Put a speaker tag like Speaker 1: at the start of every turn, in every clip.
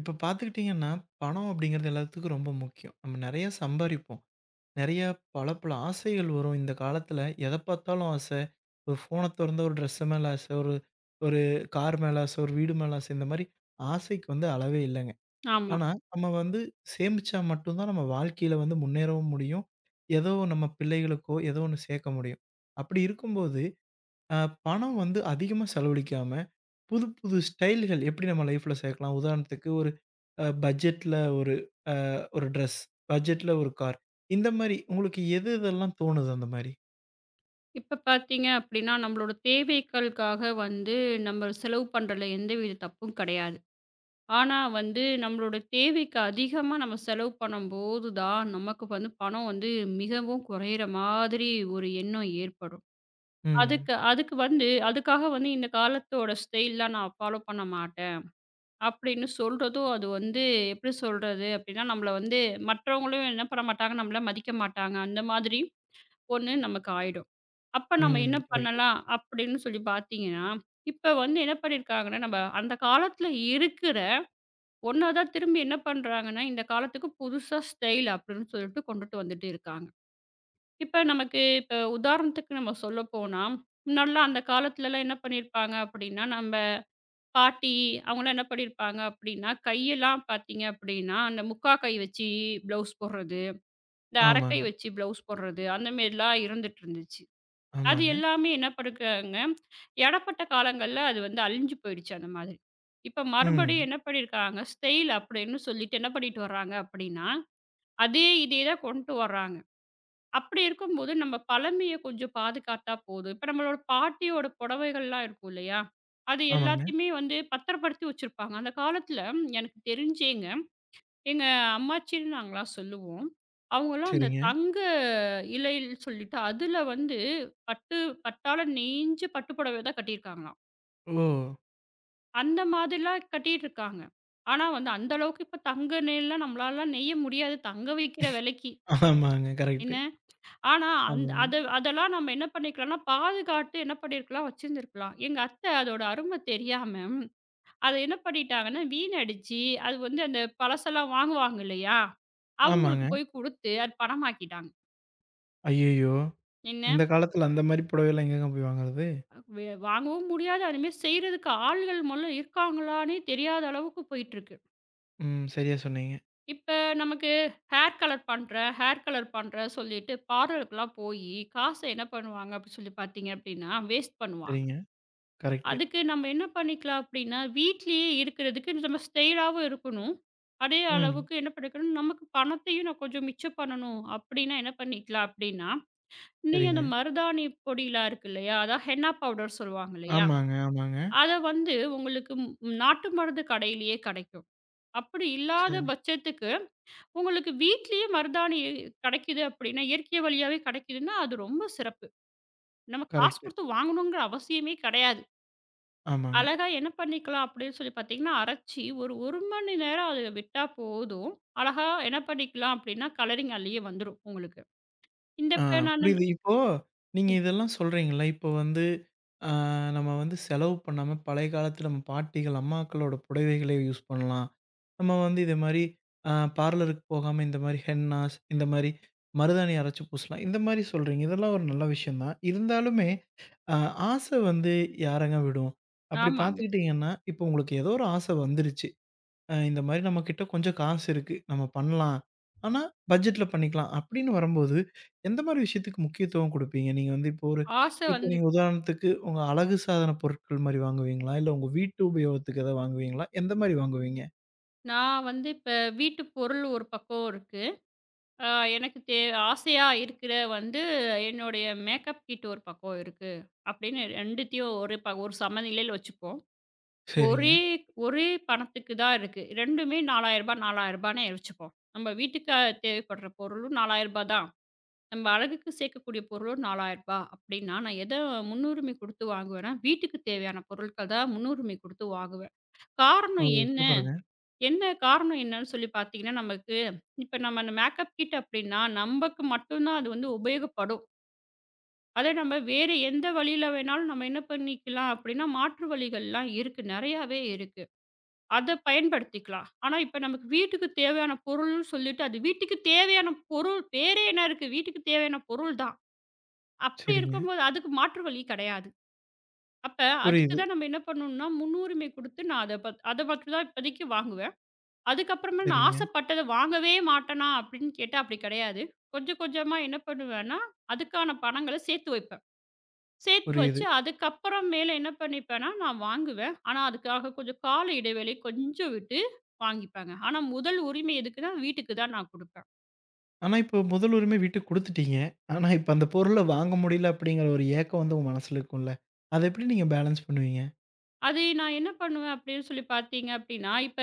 Speaker 1: இப்ப பார்த்துக்கிட்டீங்கன்னா, பணம் அப்படிங்கிறது எல்லாத்துக்கும் ரொம்ப முக்கியம். நம்ம நெறைய சம்பாரிப்போம். நெறைய பல பல ஆசைகள் வரும். இந்த காலத்தில எத பார்த்தாலும் ஆச. ஒரு ஃபோன தொறந்தா ஒரு ட்ரெஸ் மேல ஆச, ஒரு ஒரு கார் மேல ஆச, ஒரு வீடு மேல ஆச. இந்த மாரி ஆசைக்கு வந்து அளவே இல்லங்க.
Speaker 2: ஆமா.
Speaker 1: ஆனா, நம்ம வந்து சேமிச்சா மட்டும் தான் நம்ம வாழ்க்கையில வந்து முன்னேறவும் முடியும். ஏதோ நம்ம பிள்ளைகளுக்கோ, ஏதோ ஒண்ணு சேர்க்க முடியும். அப்படி இருக்கும்போது, அ பணம் வந்து அதிகமா செலவழிக்காம புது, புது ஸ்டைல்கள் எப்படி நம்ம லைஃப்ல சேர்க்கலாம்? உதாரணத்துக்கு ஒரு பட்ஜெட்ல அ ஒரு ட்ரெஸ், பட்ஜெட்ல ஒரு கார். இந்த மாரி உங்களுக்கு எது எதெல்லாம் தோணுது அந்த மாரி?
Speaker 2: இப்ப பார்த்தீங்க அப்டின்னா, நம்மளோட தேவைகளுக்காக வந்து நம்ம செலவு பண்றதுல எந்தவித தப்பும் கெடையாது. ஆனா வந்து நம்மளோட தேவைக்கு அதிகமா நம்ம செலவு பண்ணும்போது தான், நமக்கு வந்து பணம் வந்து மிகவும் குறையிற மாதிரி ஒரு எண்ணம் ஏற்படும்.
Speaker 1: ம்,
Speaker 2: அதுக்கு அதுக்கு வந்து அதுக்காக வந்து இந்த காலத்தோட ஸ்டைல்லாம் நான் ஃபாலோ பண்ண மாட்டேன் அப்டின்னு சொல்றதும், அது வந்து எப்டி சொல்றது அப்டின்னா, நம்மள வந்து மற்றவங்களும் என்ன பண்ண மாட்டாங்க, நம்மள மதிக்க மாட்டாங்க. அந்த மாதிரி ஒண்ணு நமக்கு ஆயிடும். அப்ப நம்ம
Speaker 1: ம்.
Speaker 2: என்ன
Speaker 1: கரெக்ட்டு.
Speaker 2: பண்ணலாம் அப்படின்னு சொல்லி பார்த்தீங்கன்னா, இப்ப வந்து என்ன பண்ணியிருக்காங்கன்னா, நம்ம அந்த காலத்துல இருக்கிற ஒண்ண தான் திரும்பி என்ன பண்றாங்கன்னா, இந்த காலத்துக்கு புதுசா ஸ்டைல் அப்படின்னு சொல்லிட்டு கொண்டுட்டு வந்துட்டு இருக்காங்க. இப்ப நமக்கு உதாரணத்துக்கு நம்ம சொல்லப்போனா, முன்னாடிலாம் அந்த காலத்துலலாம் என்ன பண்ணியிருப்பாங்க அப்படின்னா, நம்ம பாட்டி அவங்கலாம் என்ன பண்ணியிருப்பாங்க அப்படின்னா, கையெல்லாம் பார்த்தீங்க அப்படின்னா, அந்த முக்கா கை வச்சு ப்ளவுஸ் போடுறது, இந்த அரைக்கை
Speaker 1: ஆமாங்க,
Speaker 2: வச்சு ப்ளவுஸ் போடுறது அந்த மாரிலாம் இருந்துட்டு இருந்துச்சு. அது
Speaker 1: ஆமாங்க.
Speaker 2: எல்லாமே என்ன பண்ணிருக்காங்க, எடப்பட்ட காலங்கள்ல அது வந்து அழிஞ்சு போயிடுச்சு அந்த மாதிரி. இப்ப மறுபடியும்
Speaker 1: ம்.
Speaker 2: என்ன பண்ணியிருக்காங்க, ஸ்டைல் அப்படின்னு சொல்லிட்டு என்ன பண்ணிட்டு வர்றாங்க அப்படின்னா, அதே இதே தான் கொண்டு வர்றாங்க. அப்படி இருக்கும்போது நம்ம பழமைய கொஞ்சம் பாதுகாத்தா போதும். இப்ப நம்மளோட பாட்டியோட புடவைகள்லாம் இருக்கும் இல்லையா? அது
Speaker 1: ஆமாங்க.
Speaker 2: எல்லாத்தையுமே வந்து பத்திரப்படுத்தி வச்சிருப்பாங்க. அந்த காலத்துல எனக்கு தெரிஞ்சு எங்க அம்மாச்சின்னு நாங்கலாம் சொல்லுவோம். அவங்கலாம் அந்த
Speaker 1: சரிங்க.
Speaker 2: தங்க இழைன்னு சொல்லிட்டு, அதுல வந்து பட்டு பட்டால நெஞ்சு பட்டு புடவை தான் கட்டியிருக்காங்களாம்.
Speaker 1: ஓ!
Speaker 2: அந்த மாதிரிலாம் கட்டிட்டு இருக்காங்க. ஆனா வந்து அந்த அளவுக்கு இப்ப தங்க நெல்லாம் நம்மளால நெய்ய முடியாது. தங்க விக்கிற விலைக்கு.
Speaker 1: ஆமாங்க. கரெக்ட்டு.
Speaker 2: என்ன? ஆனா அந்த
Speaker 1: ஆமாங்க,
Speaker 2: அத அதெல்லாம் நம்ம என்ன பண்ணிக்கலாம்னா, பாதுகாத்து என்ன பண்ணியிருக்கலாம், வச்சிருந்துருக்கலாம். எங்க அத்தை அதோட அருமை தெரியாம அத என்ன பண்ணிட்டாங்கன்னா, வீணடிச்சு, அது வந்து அந்த பழசெல்லாம் வாங்குவாங்க இல்லையா? அவங்களுக்கு
Speaker 1: ஆமாங்க.
Speaker 2: போய் குடுத்து, அது பணமாக்கிட்டாங்க.
Speaker 1: ஐய்யய்யோ!
Speaker 2: என்ன
Speaker 1: இந்த காலத்துல அந்த மாரி புடவைலாம் எங்கங்க போய் வாங்குறது?
Speaker 2: வாங்கவும் முடியாது, அதுமாரி செய்றதுக்கு ஆள்கள் மொதல்ல இருக்காங்களான்னே தெரியாத அளவுக்கு போயிட்டுருக்கு.
Speaker 1: ம். சரியா சொன்னீங்க.
Speaker 2: இப்ப நமக்கு ஹேர் கலர் பண்றேன், ஹேர் கலர் பண்றேன் சொல்லிட்டு பார்லருக்குலாம் போயி, காச என்ன பண்ணுவாங்க அப்படி சொல்லி பார்த்தீங்க அப்படின்னா, வேஸ்ட் பண்ணுவாங்க.
Speaker 1: சரிங்க. கரெக்ட்டு.
Speaker 2: அதுக்கு நம்ம என்ன பண்ணிக்கலாம் அப்படின்னா, வீட்லயே இருக்கிறதுக்கு நம்ம ஸ்டைலாவும் இருக்கணும். அதே
Speaker 1: ம்.
Speaker 2: அளவுக்கு என்ன பண்ணிக்கணும், நமக்கு பணத்தையும் நான் கொஞ்சம் மிச்சம் பண்ணணும் அப்படின்னா என்ன பண்ணிக்கலாம் அப்படின்னா, நீங்க
Speaker 1: சரிங்க.
Speaker 2: அந்த மருதாணி பொடிலாம் இருக்கு இல்லையா? அதான் ஹென்னா பவுடர் சொல்லுவாங்க இல்லையா?
Speaker 1: ஆமாங்க, ஆமாங்க.
Speaker 2: அத வந்து உங்களுக்கு ம் நாட்டு மருந்து கடையிலேயே கிடைக்கும். அப்படி இல்லாத
Speaker 1: சரி.
Speaker 2: பட்சத்துக்கு உங்களுக்கு வீட்லயே மருதாணி கிடைக்குது அப்படின்னா, இயற்கை வழியாவே கிடைக்குதுன்னா, அது ரொம்ப சிறப்பு. நம்ம காசு
Speaker 1: கரெக்ட்டு.
Speaker 2: குடுத்து வாங்கணுங்கிற அவசியமே கிடையாது.
Speaker 1: ஆமாங்க.
Speaker 2: அழகா என்ன பண்ணிக்கலாம் அப்படின்னு சொல்லி பார்த்தீங்கன்னா, அரைச்சு ஒரு 1 மணி நேரம் அத விட்டா போதும். அழகா என்ன பண்ணிக்கலாம் அப்படின்னா, கலரிங் அதிலேயே வந்துரும் உங்களுக்கு. இந்த
Speaker 1: ஆ
Speaker 2: இப்ப நானு
Speaker 1: புரியுது. இப்போ நீங்க இதெல்லாம் சொல்றீங்கல்ல, இப்போ வந்து ஆ நம்ம வந்து செலவு பண்ணாம பழைய காலத்துல நம்ம பாட்டிகள், அம்மாக்களோட புடவைகளே யூஸ் பண்ணலாம். நம்ம வந்து இதே மாரி அ பார்லருக்கு போகாம இந்த மாரி ஹென்னாஸ், இந்த மாரி மருதாணி அரைச்சு பூசலாம். இந்த மாரி சொல்றீங்க. இதெல்லாம் ஒரு நல்ல விஷயம் தான். இருந்தாலுமே அ ஆசை வந்து யாரங்க விடும்? அப்படி
Speaker 2: ஆமாங்க.
Speaker 1: பார்த்துக்கிட்டீங்கன்னா, இப்போ உங்களுக்கு ஏதோ ஒரு ஆசை வந்துருச்சு. இந்த மாரி நம்மகிட்ட கொஞ்சம் காசு இருக்கு. நம்ம பண்ணலாம். ஆனா, பட்ஜெட்ல பண்ணிக்கலாம். அப்படின்னு வரும்போது, எந்த மாரி விஷயத்துக்கு முக்கியத்துவம் குடுப்பீங்க? நீங்க வந்து இப்போ ஒரு
Speaker 2: ஆசை
Speaker 1: இப்போ
Speaker 2: வந்து
Speaker 1: நீங்க உதாரணத்துக்கு உங்க அழகு சாதன பொருட்கள் மாரி வாங்குவீங்களா? இல்ல உங்க வீட்டு உபயோகத்துக்கு எதாவது வாங்குவீங்களா? எந்த மாரி வாங்குவீங்க?
Speaker 2: நான் வந்து இப்ப வீட்டு பொருள் ஒரு பக்கம் இருக்கு. அ எனக்கு ஆசையா இருக்கிற வந்து என்னுடைய மேக்கப் கிட் ஒரு பக்கம் இருக்கு. அப்படின்னு 2த்தையும் ஒரு சமநிலையில வச்சுப்போம்.
Speaker 1: சரிங்க.
Speaker 2: ஒரே ஒரே பணத்துக்கு தான் இருக்கு. 2மே ரூ. 4000 ரூ. 4000ன்னு வச்சுப்போம். நம்ம வீட்டுக்கு தேவைப்படுற பொருளும் ரூ. 4000 தான். நம்ம அழகுக்கு சேர்க்கக்கூடிய பொருள் ஒரு ரூ. 4000 அப்படின்னா, நான் எத முன்னுரிமை குடுத்து வாங்குவேன்னா, வீட்டுக்கு தேவையான பொருட்கள் தான் முன்னுரிமை குடுத்து வாங்குவேன்.
Speaker 1: ஓ!
Speaker 2: காரணம் என்ன?
Speaker 1: சூப்பருங்க.
Speaker 2: என்ன காரணம் என்னன்னு சொல்லி பார்த்தீங்கன்னா, நமக்கு இப்ப நம்ம அந்த மேக்கப் கிட் அப்படின்னா, நமக்கு மட்டும் தான் அது வந்து உபயோகப்படும். அதே நம்ம வேறு எந்த வழியில வேணாலும் நம்ம என்ன பண்ணிக்கலாம் அப்படின்னா, மாற்று வழிகள்லாம் இருக்கு. நெறையாவே இருக்கு. அத பயன்படுத்திக்கலாம். ஆனா, இப்ப நமக்கு வீட்டுக்கு தேவையான பொருள்னு சொல்லிட்டு, அது வீட்டுக்கு தேவையான பொருள் பேரே என்ன இருக்கு? வீட்டுக்கு தேவையான பொருள் தான். அப்படி
Speaker 1: சரிங்க.
Speaker 2: இருக்கும்போது அதுக்கு மாற்று வழி கிடையாது. அப்ப அதுக்கு
Speaker 1: புரியுது.
Speaker 2: தான் நம்ம என்ன பண்ணணும்னா, முன்னுரிமை குடுத்து நான் அத மட்டும் தான் இப்போதைக்கு வாங்குவேன். அதுக்கப்புறமா நான்
Speaker 1: சரிங்க.
Speaker 2: ஆசைப்பட்டத வாங்கவே மாட்டேனா அப்படின்னு கேட்டா அப்படி கிடையாது. கொஞ்சம் கொஞ்சமா என்ன பண்ணுவேன்னா, அதுக்கான பணங்கள சேர்த்து வைப்பேன். சேர்த்து
Speaker 1: புரியுது.
Speaker 2: வச்சு அதுக்கப்புறம் மேல என்ன பண்ணிப்பேன்னா, நான் வாங்குவேன். ஆனா அதுக்காக கொஞ்சம் கால இடைவேளை கொஞ்சம் விட்டு வாங்கிப்பேங்க. ஆனா முதல் உரிமை எதுக்குன்னா, வீட்டுக்கு தான் நான் குடுப்பேன்.
Speaker 1: ஆனா, இப்போ முதல் உரிமை வீட்டுக்கு குடுத்துட்டீங்க. ஆனா, இப்ப அந்த பொருள வாங்க முடியல அப்படிங்கிற ஒரு ஏக்கம் வந்து உங்க மனசுல இருக்கும்ல? அத எப்படி நீங்க பேலன்ஸ் பண்ணுவீங்க?
Speaker 2: அது நான் என்ன பண்ணுவேன் அப்படின்னு சொல்லி பார்த்தீங்க அப்படின்னா, இப்ப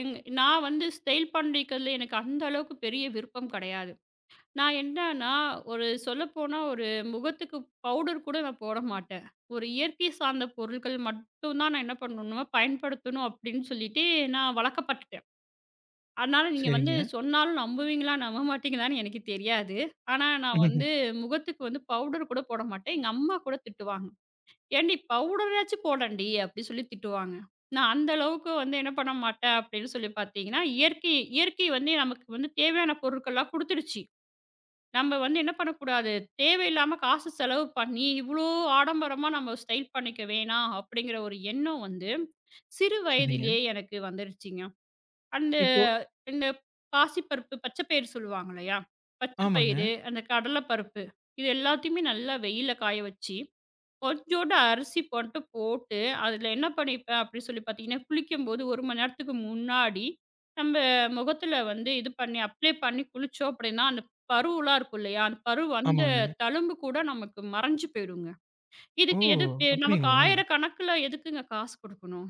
Speaker 2: எங் நான் வந்து ஸ்டைல் பண்ணிக்கிறதுல எனக்கு அந்த அளவுக்கு பெரிய விருப்பம் கிடையாது. நான் என்னன்னா, ஒரு சொல்லப்போனா ஒரு முகத்துக்கு பவுடர் கூட நான் போட மாட்டேன். ஒரு இயற்கை சார்ந்த பொருட்கள் மட்டும் தான் நான் என்ன பண்ணணும்னா, பயன்படுத்தணும் அப்படின்னு சொல்லிட்டு நான் வழக்கப்பட்டுட்டேன். அதனால நீங்க வந்து
Speaker 1: சரிங்க.
Speaker 2: சொன்னாலும் நம்புவீங்களா, நம்ப மாட்டீங்களான்னு எனக்கு தெரியாது. ஆனா நான் வந்து முகத்துக்கு வந்து பவுடர் கூட போட மாட்டேன். எங்க அம்மா கூட திட்டுவாங்க. ஏன்டி பவுடராச்சும் போடேன்டி அப்படி சொல்லி திட்டுவாங்க. நான் அந்த அளவுக்கு வந்து என்ன பண்ண மாட்டேன் அப்படின்னு சொல்லி பார்த்தீங்கன்னா, இயற்கை இயற்கை வந்து நமக்கு வந்து தேவையான பொருட்கள்லாம் குடுத்துருச்சு. நம்ம வந்து என்ன பண்ணக்கூடாது, தேவையில்லாம காசு செலவு பண்ணி, இவ்வளோ ஆடம்பரமா நம்ம ஸ்டைல் பண்ணிக்க வேணாம் அப்படிங்கிற ஒரு எண்ணம் வந்து, சிறு
Speaker 1: சரிங்க.
Speaker 2: வயதிலேயே எனக்கு வந்துருச்சுங்க. அந்த
Speaker 1: இப்போ
Speaker 2: இந்த பாசிப்பருப்பு, பச்சைப்பயிறு சொல்லுவாங்க இல்லையா?
Speaker 1: ஆமாங்க.
Speaker 2: பச்சைப்பயிறு, அந்த கடலை பருப்பு இது எல்லாத்தையுமே நல்லா வெயில்ல காய வச்சு, கொஞ்சோண்டு அரிசி போட்டு போட்டு, அதில என்ன பண்ணிப்பேன் அப்படின்னு சொல்லி பார்த்தீங்கன்னா, குளிக்கும்போது 1 மணி நேரத்துக்கு முன்னாடி நம்ம முகத்தில வந்து இது பண்ணி அப்ளை பண்ணி குளிச்சோம் அப்படின்னா, அந்த பருவலாம் இருக்கும் இல்லையா? அந்த பரு வந்த
Speaker 1: ஆமாங்க.
Speaker 2: தழும்பு கூட நமக்கு மறைஞ்சு போயிடுங்க.
Speaker 1: ஓ!
Speaker 2: இதுக்கு எதுக்கு நமக்கு
Speaker 1: அப்படிங்களா?
Speaker 2: 1000 கணக்கில எதுக்குங்க காசு குடுக்கணும்?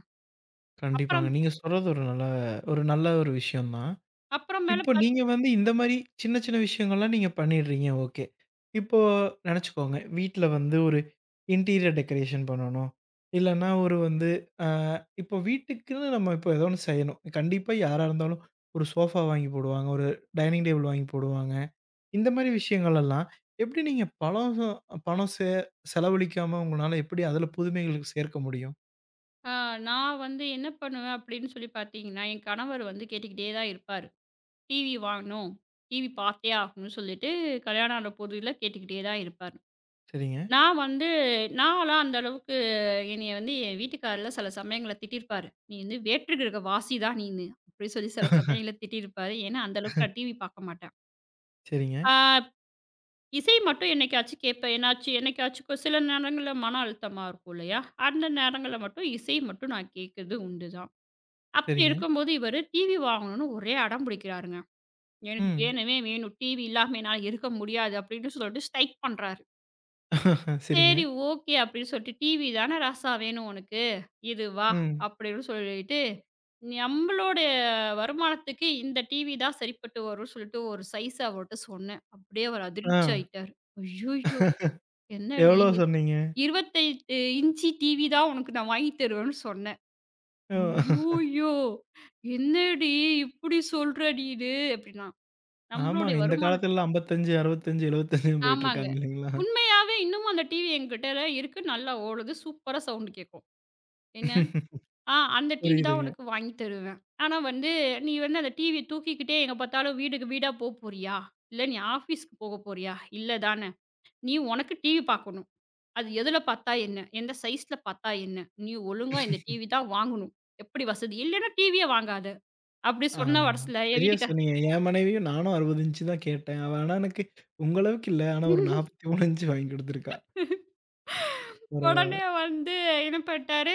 Speaker 1: கண்டிப்பாங்க.
Speaker 2: அப்புறம்
Speaker 1: நீங்க சொல்றது ஒரு நல்ல ஒரு நல்ல ஒரு விஷயம் தான்.
Speaker 2: அப்புறம் மேல
Speaker 1: இப்போ
Speaker 2: பார்த்து
Speaker 1: நீங்க வந்து இந்த மாரி சின்ன சின்ன விஷயங்கள்லாம் நீங்க பண்ணிடுறீங்க. ஓகே. இப்போ நெனச்சுக்கோங்க, வீட்ல வந்து ஒரு இன்டீரியர் டெக்கரேஷன் பண்ணணும். இல்லன்னா ஒரு வந்து அ இப்போ வீட்டுக்குன்னு நம்ம இப்போ ஏதோ ஒண்ணு செய்யணும். கண்டிப்பா யாரா இருந்தாலும் ஒரு சோஃபா வாங்கி போடுவாங்க. ஒரு டைனிங் டேபிள் வாங்கி போடுவாங்க. இந்த மாரி விஷயங்கள் எல்லாம் எப்படி நீங்க பணம் பணம் செ செலவழிக்காம உங்களால எப்படி அதில புதுமைகளுக்கு சேர்க்க முடியும்?
Speaker 2: ஆ, நான் வந்து என்ன பண்ணுவேன் அப்படின்னு சொல்லி பார்த்தீங்கன்னா, என் கணவர் வந்து கேட்டுக்கிட்டே தான் இருப்பாரு. டிவி வாங்கணும், டிவி பார்த்தே ஆகணும்னு சொல்லிட்டு கல்யாணம் ஆன புதில கேட்டுக்கிட்டே தான் இருப்பாரு.
Speaker 1: சரிங்க.
Speaker 2: நான் வந்து நான்லாம் அந்த அளவுக்கு என்னைய வந்து என் வீட்டுக்காரர்லாம் சில சமயங்கள்ல திட்டியிருப்பாரு. "நீ வந்து வேற்று கிரக வாசி தான் நீனு" அப்படி சொல்லி சில சமயங்கள்ல திட்டியிருப்பாரு. ஏன்னா அந்த அளவுக்கு நான் டிவி பார்க்க மாட்டேன்.
Speaker 1: சரிங்க,
Speaker 2: ஆ, இசை மட்டும் என்னைக்காச்சும் கேட்பேன். ஏன்னாச்சும் என்னைக்காச்சும் சில நேரங்கள்ல மன அழுத்தமா இருக்கும் இல்லையா? அந்த நேரங்கள்ல மட்டும் இசை மட்டும் நான் கேட்கறது உண்டு தான். அப்படி
Speaker 1: சரிங்க.
Speaker 2: இருக்கும்போது இவரு டிவி வாங்கணும்னு ஒரே அடம் பிடிக்கிறாருங்க. "எனக்கு
Speaker 1: ம்.
Speaker 2: வேணவே வேணும். டிவி இல்லாம என்னால இருக்க முடியாது." அப்படின்னு சொல்லிட்டு ஸ்ட்ரைக் பண்றாரு.
Speaker 1: சரிங்க.
Speaker 2: "சரி ஓகே" அப்படின்னு சொல்லிட்டு, "டிவி தானே ராசா வேணும் உனக்கு, இது வா"
Speaker 1: ம்.
Speaker 2: அப்படின்னு சொல்லிட்டு, நம்மளோட வருமானத்துக்கு இந்த டிவி தான் சரிப்பட்டு வரும்னு சொல்லிட்டு ஒரு சைஸ் அவர்ட்ட சொன்னேன். அப்படியே அவர்
Speaker 1: ஆ.
Speaker 2: அதிர்ச்சி ஆயிட்டாரு. "ஐய்யய்யோ! என்னடி
Speaker 1: எவ்வளோ சொன்னீங்க?
Speaker 2: 28 இன்ச்சி டிவி தான் உனக்கு நான் வாங்கி தருவேன்னு சொன்னேன்."
Speaker 1: ஓ!
Speaker 2: ஐய்யய்யோ! "என்னடி இப்படி சொல்ற நீனு?" அப்படின்னா,
Speaker 1: ஆமாங்க.
Speaker 2: நம்மளுடைய
Speaker 1: இந்த
Speaker 2: வருமானம்
Speaker 1: காலத்துலலாம் 55, 65, 75ன்னு
Speaker 2: ஆமாங்க.
Speaker 1: போயிட்டுருக்காங்க இல்லைங்களா?
Speaker 2: உண்மையாவே இன்னமும் அந்த டிவி என்கிட்டல இருக்கு. நல்லா ஓடுது. சூப்பரா சவுண்ட் கேட்கும். என்ன, "ஆ அந்த டிவி தான்
Speaker 1: புரியுதுங்க.
Speaker 2: உனக்கு வாங்கி தருவேன். ஆனா வந்து, நீ வந்து அந்த டிவிய தூக்கிக்கிட்டே எங்க பார்த்தாலும் வீடுக்கு வீடா போ போறியா? இல்ல நீ ஆஃபீஸ்க்கு போக போறியா? இல்ல தானே! நீ உனக்கு டிவி பார்க்கணும். அது எதுல பார்த்தா என்ன? எந்த சைஸ்ல பார்த்தா என்ன? நீ ஒழுங்கா இந்த டிவி தான் வாங்கணும். எப்படி வசதி இல்லைன்னா டிவியே வாங்காத." அப்படி
Speaker 1: ஆ.
Speaker 2: சொன்ன வரசுல என்
Speaker 1: சரியா
Speaker 2: வீட்டுக்கா
Speaker 1: சொன்னீங்க. என் மனைவியும் நானும் 60 இன்ச்சு தான் கேட்டேன். அவ ஆனா எனக்கு உங்க அளவுக்கு இல்ல. ஆனா ஒரு 43 இன்ச்சு வாங்கி குடுத்துருக்கா. பரவால்ல.
Speaker 2: உடனே வந்து என்ன பண்ணிட்டாரு,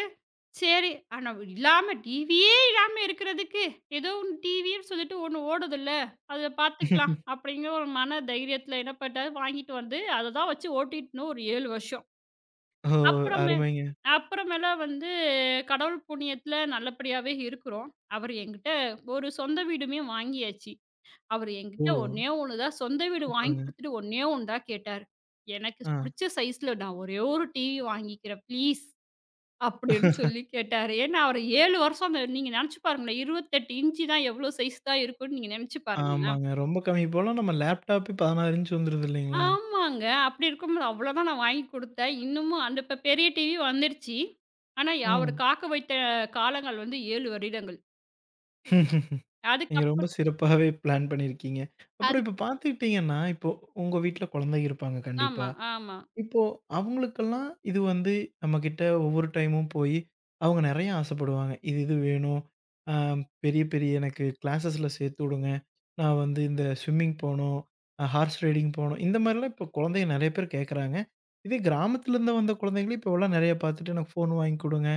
Speaker 2: சரி ஆனா இல்லாம டிவியே இல்லாம இருக்கிறதுக்கு, ஏதோ ஒண்ணு டிவின்னு சொல்லிட்டு ஒண்ணு ஓடுதுல்ல, அத பார்த்துக்கலாம் அப்படிங்கிற ஒரு மன தைரியத்தில என்ன பண்ணிட்டாரு, வாங்கிட்டு வந்து அத தான் வச்சு ஓட்டிட்டு இருந்தோம் ஒரு 7 வருஷம்.
Speaker 1: ஓ!
Speaker 2: அப்புறமே
Speaker 1: அருமைங்க.
Speaker 2: அப்புறமேல வந்து கடவுள் புண்ணியத்தில நல்லபடியாவே இருக்கிறோம். அவரு என்கிட்ட ஒரு சொந்த வீடுமே வாங்கியாச்சு. அவரு
Speaker 1: ஓ!
Speaker 2: என்கிட்ட ஒண்ணே ஒண்ணு தான் சொந்த வீடு வாங்கி
Speaker 1: சூப்பருங்க.
Speaker 2: குடுத்துட்டு ஒண்ணே ஒண்ணு தான் கேட்டாரு. எனக்கு
Speaker 1: ஆ.
Speaker 2: புடிச்ச சைஸ்ல நான் ஒரே ஒரு டிவி வாங்கிக்கிறேன் ப்ளீஸ். அப்படின்னு சொல்லி கேட்டாரு. ஏன்னா அவரு 7 வருஷம் அந்த நீங்க நெனச்சு பாருங்களேன். 28 இன்ச்சு தான் எவ்ளோ சைஸ் தான் இருக்கும்னு நீங்க நெனச்சு பாருங்களேன்.
Speaker 1: ஆமாங்க. ரொம்ப கம்மி இப்போலாம் நம்ம லேப்டாப்பே 16 இன்ச் வந்துருது இல்லைங்களா?
Speaker 2: ஆமாங்க. அப்படி இருக்கும்போது அவ்வளோதான் நான் வாங்கி குடுத்தேன். இன்னமும் அந்த இப்ப பெரிய டிவி வந்துருச்சு. ஆனா அவரு காக்க வைத்த காலங்கள் வந்து 7 வருடங்கள்.
Speaker 1: ம். நீங்க ரொம்ப
Speaker 2: அதுக்கப்புறம்
Speaker 1: சிறப்பாவே பிளான் பண்ணியிருக்கீங்க. அப்புறம்
Speaker 2: அது
Speaker 1: இப்ப பார்த்துக்கிட்டீங்கன்னா, இப்போ உங்க வீட்ல குழந்தைங்க இருப்பாங்க கண்டிப்பா.
Speaker 2: ஆமா, ஆமா,
Speaker 1: இப்போ அவங்களுக்கெல்லாம் இது வந்து நம்மகிட்ட ஒவ்வொரு டைமும் போய் அவங்க நெறைய ஆசைப்படுவாங்க. இது இது வேணும். அ பெரிய பெரிய எனக்கு கிளாஸஸ்ல சேர்த்து விடுங்க. நான் வந்து இந்த ஸ்விம்மிங் போணும், ஹார்ஸ் ரைடிங் போணும். இந்த மாரிலாம் இப்போ குழந்தைங்க நெறைய பேர் கேட்குறாங்க. இதே கிராமத்துலருந்து வந்த குழந்தைங்களும் இப்போலாம் நெறைய பார்த்துட்டு எனக்கு ஃபோன் வாங்கி குடுங்க.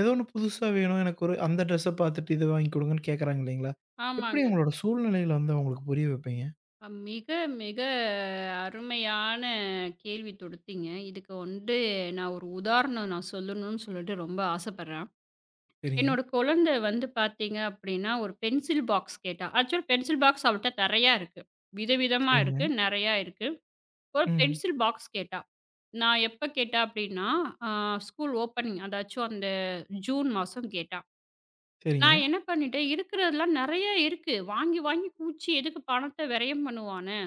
Speaker 1: ஏதோ ஒண்ணு புதுசா வேணும். எனக்கு ஒரு அந்த ட்ரெஸ்ஸ பார்த்துட்டு இத வாங்கி குடுங்கன்னு கேட்குறாங்க இல்லைங்களா? எப்படி
Speaker 2: ஆமாங்க.
Speaker 1: உங்களோட சூழ்நிலையில வந்து அவங்களுக்கு புரிய வைப்பீங்க?
Speaker 2: மிக, மிக அருமையான கேள்வி தொடுத்தீங்க. இதுக்கு வந்து நான் ஒரு உதாரணம் நான் சொல்லணும்னு சொல்லிட்டு ரொம்ப ஆசைப்படுறேன்.
Speaker 1: சரிங்க.
Speaker 2: என்னோட குழந்தை வந்து பார்த்தீங்க அப்படின்னா, ஒரு பென்சில் பாக்ஸ் கேட்டா. ஆக்சுவல் பென்சில் பாக்ஸ் அவள்ட்ட நெறையா இருக்கு. விதவிதமா இருக்கு.
Speaker 1: சரிங்க.
Speaker 2: நெறையா இருக்கு. ஒரு
Speaker 1: ம்.
Speaker 2: பென்சில் பாக்ஸ் கேட்டா. நான் எப்ப கேட்டா அப்படின்னா, அ ஸ்கூல் ஓப்பனிங் அதாச்சும் அந்த ஜூன் மாசம் கேட்டா.
Speaker 1: சரிங்க.
Speaker 2: நான் என்ன பண்ணிட்டேன், இருக்கிறதெல்லாம் நெறையா இருக்கு. வாங்கி வாங்கி குவிச்சு எதுக்கு பணத்த விரயம் பண்ணுவானே?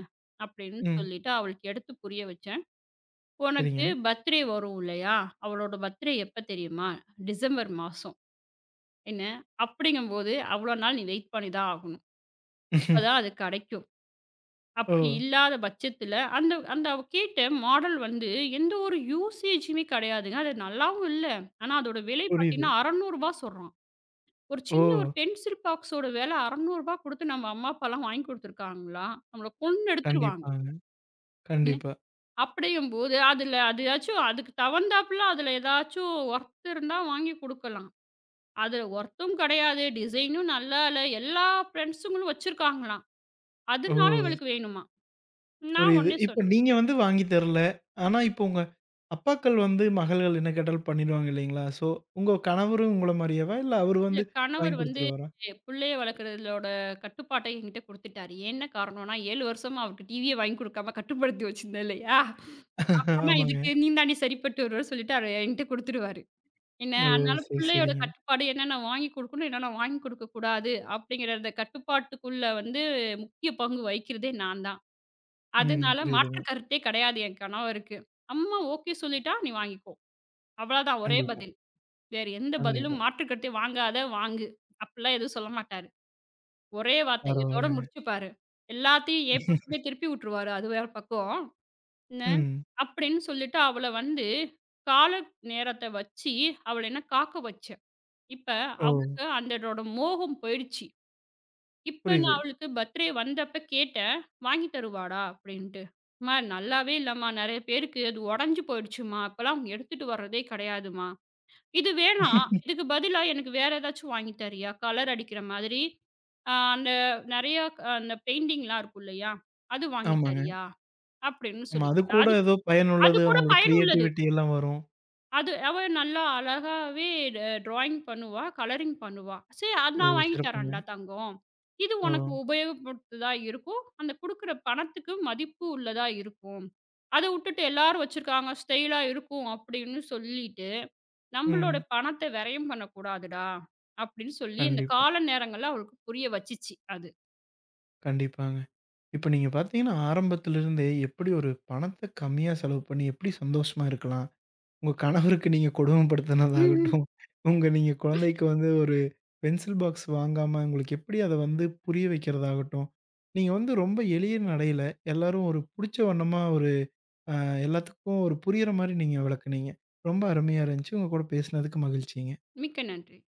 Speaker 2: அப்படின்னு
Speaker 1: ம்.
Speaker 2: சொல்லிட்டு அவளுக்கு எடுத்து புரிய வச்சேன்.
Speaker 1: சரிங்க.
Speaker 2: உனக்கு பர்த்டே வரும் இல்லையா? அவளோட பர்த்டே எப்ப தெரியுமா? டிசம்பர் மாசம். என்ன, அப்படிங்கும்போது அவ்வளோ நாள் நீ வெயிட் பண்ணி தான் ஆகணும். அப்பதான் அது கெடைக்கும்.
Speaker 1: ஓ!
Speaker 2: அப்படி இல்லாத பட்சத்தில அந்த அந்த அவ கேட்ட மாடல் வந்து எந்த ஒரு யூசேஜுமே கெடையாதுங்க. அது நல்லாவும் இல்ல. ஆனா அதோட விலை
Speaker 1: புரியுது.
Speaker 2: பார்த்தீங்கன்னா, ரூ. 600 சொல்றான். ஒரு
Speaker 1: ஓ!
Speaker 2: சின்ன ஒரு பென்சில் பாக்ஸோட விலை ரூ. 600 குடுத்து நம்ம அம்மா, அப்பாலாம் வாங்கி குடுத்துருக்காங்களா? நம்மள கொன்னு எடுத்துருவாங்க.
Speaker 1: கண்டிப்பாங்க.
Speaker 2: ம்.
Speaker 1: கண்டிப்பா.
Speaker 2: அப்படிங்கும்போது, அதுல அதையாச்சும் அதுக்கு தகுந்தாப்புல அதுல ஏதாச்சும் ஒர்த் இருந்தா வாங்கி குடுக்கலாம். அதுல ஒர்த்தும் கிடையாது. டிசைனும் நல்லா இல்ல. எல்லா ஃபிரெண்ட்ஸுங்களும் வச்சிருக்காங்களாம்.
Speaker 1: ஓ!
Speaker 2: அதனால இவளுக்கு வேணுமாம். நான்
Speaker 1: புரியுது.
Speaker 2: உடனே
Speaker 1: இப்ப
Speaker 2: சொன்னேன்.
Speaker 1: நீங்க வந்து வாங்கி தரல. ஆனா, இப்போ உங்க அப்பாக்கள் வந்து மகள்கள் என்ன கேட்டாலும் பண்ணிடுவாங்க இல்லைங்களா? ஸோ, உங்க கணவரும் உங்கள மாரியேவா? இல்ல அவரு
Speaker 2: இல்ல
Speaker 1: வந்து வாங்கி
Speaker 2: கணவர் வந்து
Speaker 1: குடுத்துருவாரா?
Speaker 2: புள்ளைய வளர்க்குறதோட கட்டுப்பாட்ட என்கிட்ட குடுத்துட்டாரு. என்ன காரணம்னா 7 வருஷமா அவருக்கு டிவியே வாங்கி குடுக்காம கட்டுப்படுத்தி வச்சிருந்தேன் இல்லையா? அப்பன்னா
Speaker 1: ஆமாங்க.
Speaker 2: இதுக்கு நீ தாண்டி சரிப்பட்டு வருவன்னு சொல்லிட்டு அவரு என்கிட்ட குடுத்துருவாரு. என்ன
Speaker 1: ஓ!
Speaker 2: அதனால
Speaker 1: சரி,
Speaker 2: பிள்ளையோட
Speaker 1: சரிங்க.
Speaker 2: கட்டுப்பாடு என்னென்ன வாங்கி குடுக்கணும், என்னென்ன வாங்கி குடுக்கக்கூடாது அப்படிங்கிற அந்த கட்டுப்பாட்டுக்குள்ள வந்து முக்கிய பங்கு வகிக்கிறதே நான் தான்.
Speaker 1: ம்.
Speaker 2: அதனால மாற்று
Speaker 1: புரியுதுங்க.
Speaker 2: கருத்தே கிடையாது என் கணவருக்கு. அம்மா ஓகே சொல்லிட்டா, "நீ வாங்கிக்கோ." அவ்வளதான் ஒரே
Speaker 1: கண்டிப்பா,
Speaker 2: பதில். வேறு எந்த
Speaker 1: கண்டிப்பா.
Speaker 2: பதிலும் மாற்று கருத்தே "வாங்காத, வாங்கு." அப்படிலாம் எதுவும் சொல்ல மாட்டாரு. ஒரே வார்த்தை இதோட
Speaker 1: பரவால்லங்க.
Speaker 2: முடிச்சுப்பாரு. எல்லாத்தையும் என் பக்கமே திருப்பி விட்டுருவாரு. அது வேற பக்கம். "என்ன?"
Speaker 1: ம்.
Speaker 2: அப்படின்னு சொல்லிட்டு அவள வந்து கால நேரத்த வச்சு அவள என்ன காக்க வச்சேன். இப்ப
Speaker 1: ஓ!
Speaker 2: அவளுக்கு அந்தனோட மோகம் போயிடுச்சு. இப்ப நான்
Speaker 1: புரியுது.
Speaker 2: அவளுக்கு பர்த்டே வந்தப்ப கேட்டேன், "வாங்கி தருவாடா?" அப்படின்ட்டு. "அம்மா நல்லாவே இல்லம்மா. நெறைய பேருக்கு அது உடைஞ்சு போயிடுச்சும்மா. இப்பலாம் எடுத்துட்டு வர்றதே கிடையாதும்மா. இது வேணாம். இதுக்கு பதிலா எனக்கு வேற ஏதாச்சும் வாங்கி தர்றியா? கலர் அடிக்கிற மாதிரி, அந்த நெறைய அந்த பெயிண்டிங்லாம் இருக்கும் இல்லையா? அது வாங்கி
Speaker 1: ஆமாங்க.
Speaker 2: தர்றியா?" அப்படின்னு
Speaker 1: ஆமா.
Speaker 2: சொல்லி
Speaker 1: அது
Speaker 2: கேட்டா.
Speaker 1: கூட
Speaker 2: அது
Speaker 1: ஏதோ
Speaker 2: அது
Speaker 1: பயனுள்ளது.
Speaker 2: கூட
Speaker 1: அவங்களோட
Speaker 2: பயனுள்ளது.
Speaker 1: கிரியேட்டிவிட்டி எல்லாம் வரும்.
Speaker 2: அது அவ நல்லா அழகாவே ட ட்ராயிங் பண்ணுவா. கலரிங் பண்ணுவா. "சரி அது
Speaker 1: ஓ!
Speaker 2: நான் வாங்கி
Speaker 1: சிறப்புங்க.
Speaker 2: தரேன்டா தங்கம். இது
Speaker 1: ஓ!
Speaker 2: உனக்கு உபயோகப்படுத்ததா இருக்கும். அந்த குடுக்குற பணத்துக்கு மதிப்பு உள்ளதா இருக்கும். அத உட்டுட்டு எல்லாரும் வச்சிருக்காங்க, ஸ்டைலா இருக்கும்." அப்படின்னு சொல்லிட்டு, "நம்மளோட
Speaker 1: ம்.
Speaker 2: பணத்த விரயம் பண்ணக்கூடாதுடா." அப்படின்னு சொல்லி, இந்த
Speaker 1: கண்டிப்பா,
Speaker 2: கால நேரங்கள்ல அவளுக்கு புரிய வச்சுச்சு அது.
Speaker 1: கண்டிப்பாங்க. இப்ப நீங்க பார்த்தீங்கன்னா, ஆரம்பத்திலிருந்தே எப்படி ஒரு பணத்த கம்மியா செலவு பண்ணி எப்படி சந்தோஷமா இருக்கலாம்? உங்க கணவருக்கு நீங்க
Speaker 2: ம். ம்.
Speaker 1: கொடுமைப்படுத்தினதாகட்டும், உங்க நீங்க குழந்தைக்கு வந்து ஒரு பென்சில் பாக்ஸ் வாங்காம உங்களுக்கு எப்படி அத வந்து புரிய வைக்கிறதாகட்டும், நீங்க வந்து ரொம்ப எளிய நடையில எல்லாரும் ஒரு புடிச்ச வண்ணமா ஒரு அ எல்லாத்துக்கும் ஒரு புரியிற மாரி நீங்க விளக்குனீங்க. ரொம்ப அருமையா இருந்துச்சு. உங்க கூட பேசினதுக்கு மகிழ்ச்சிங்க.
Speaker 2: மிக்க நன்றி.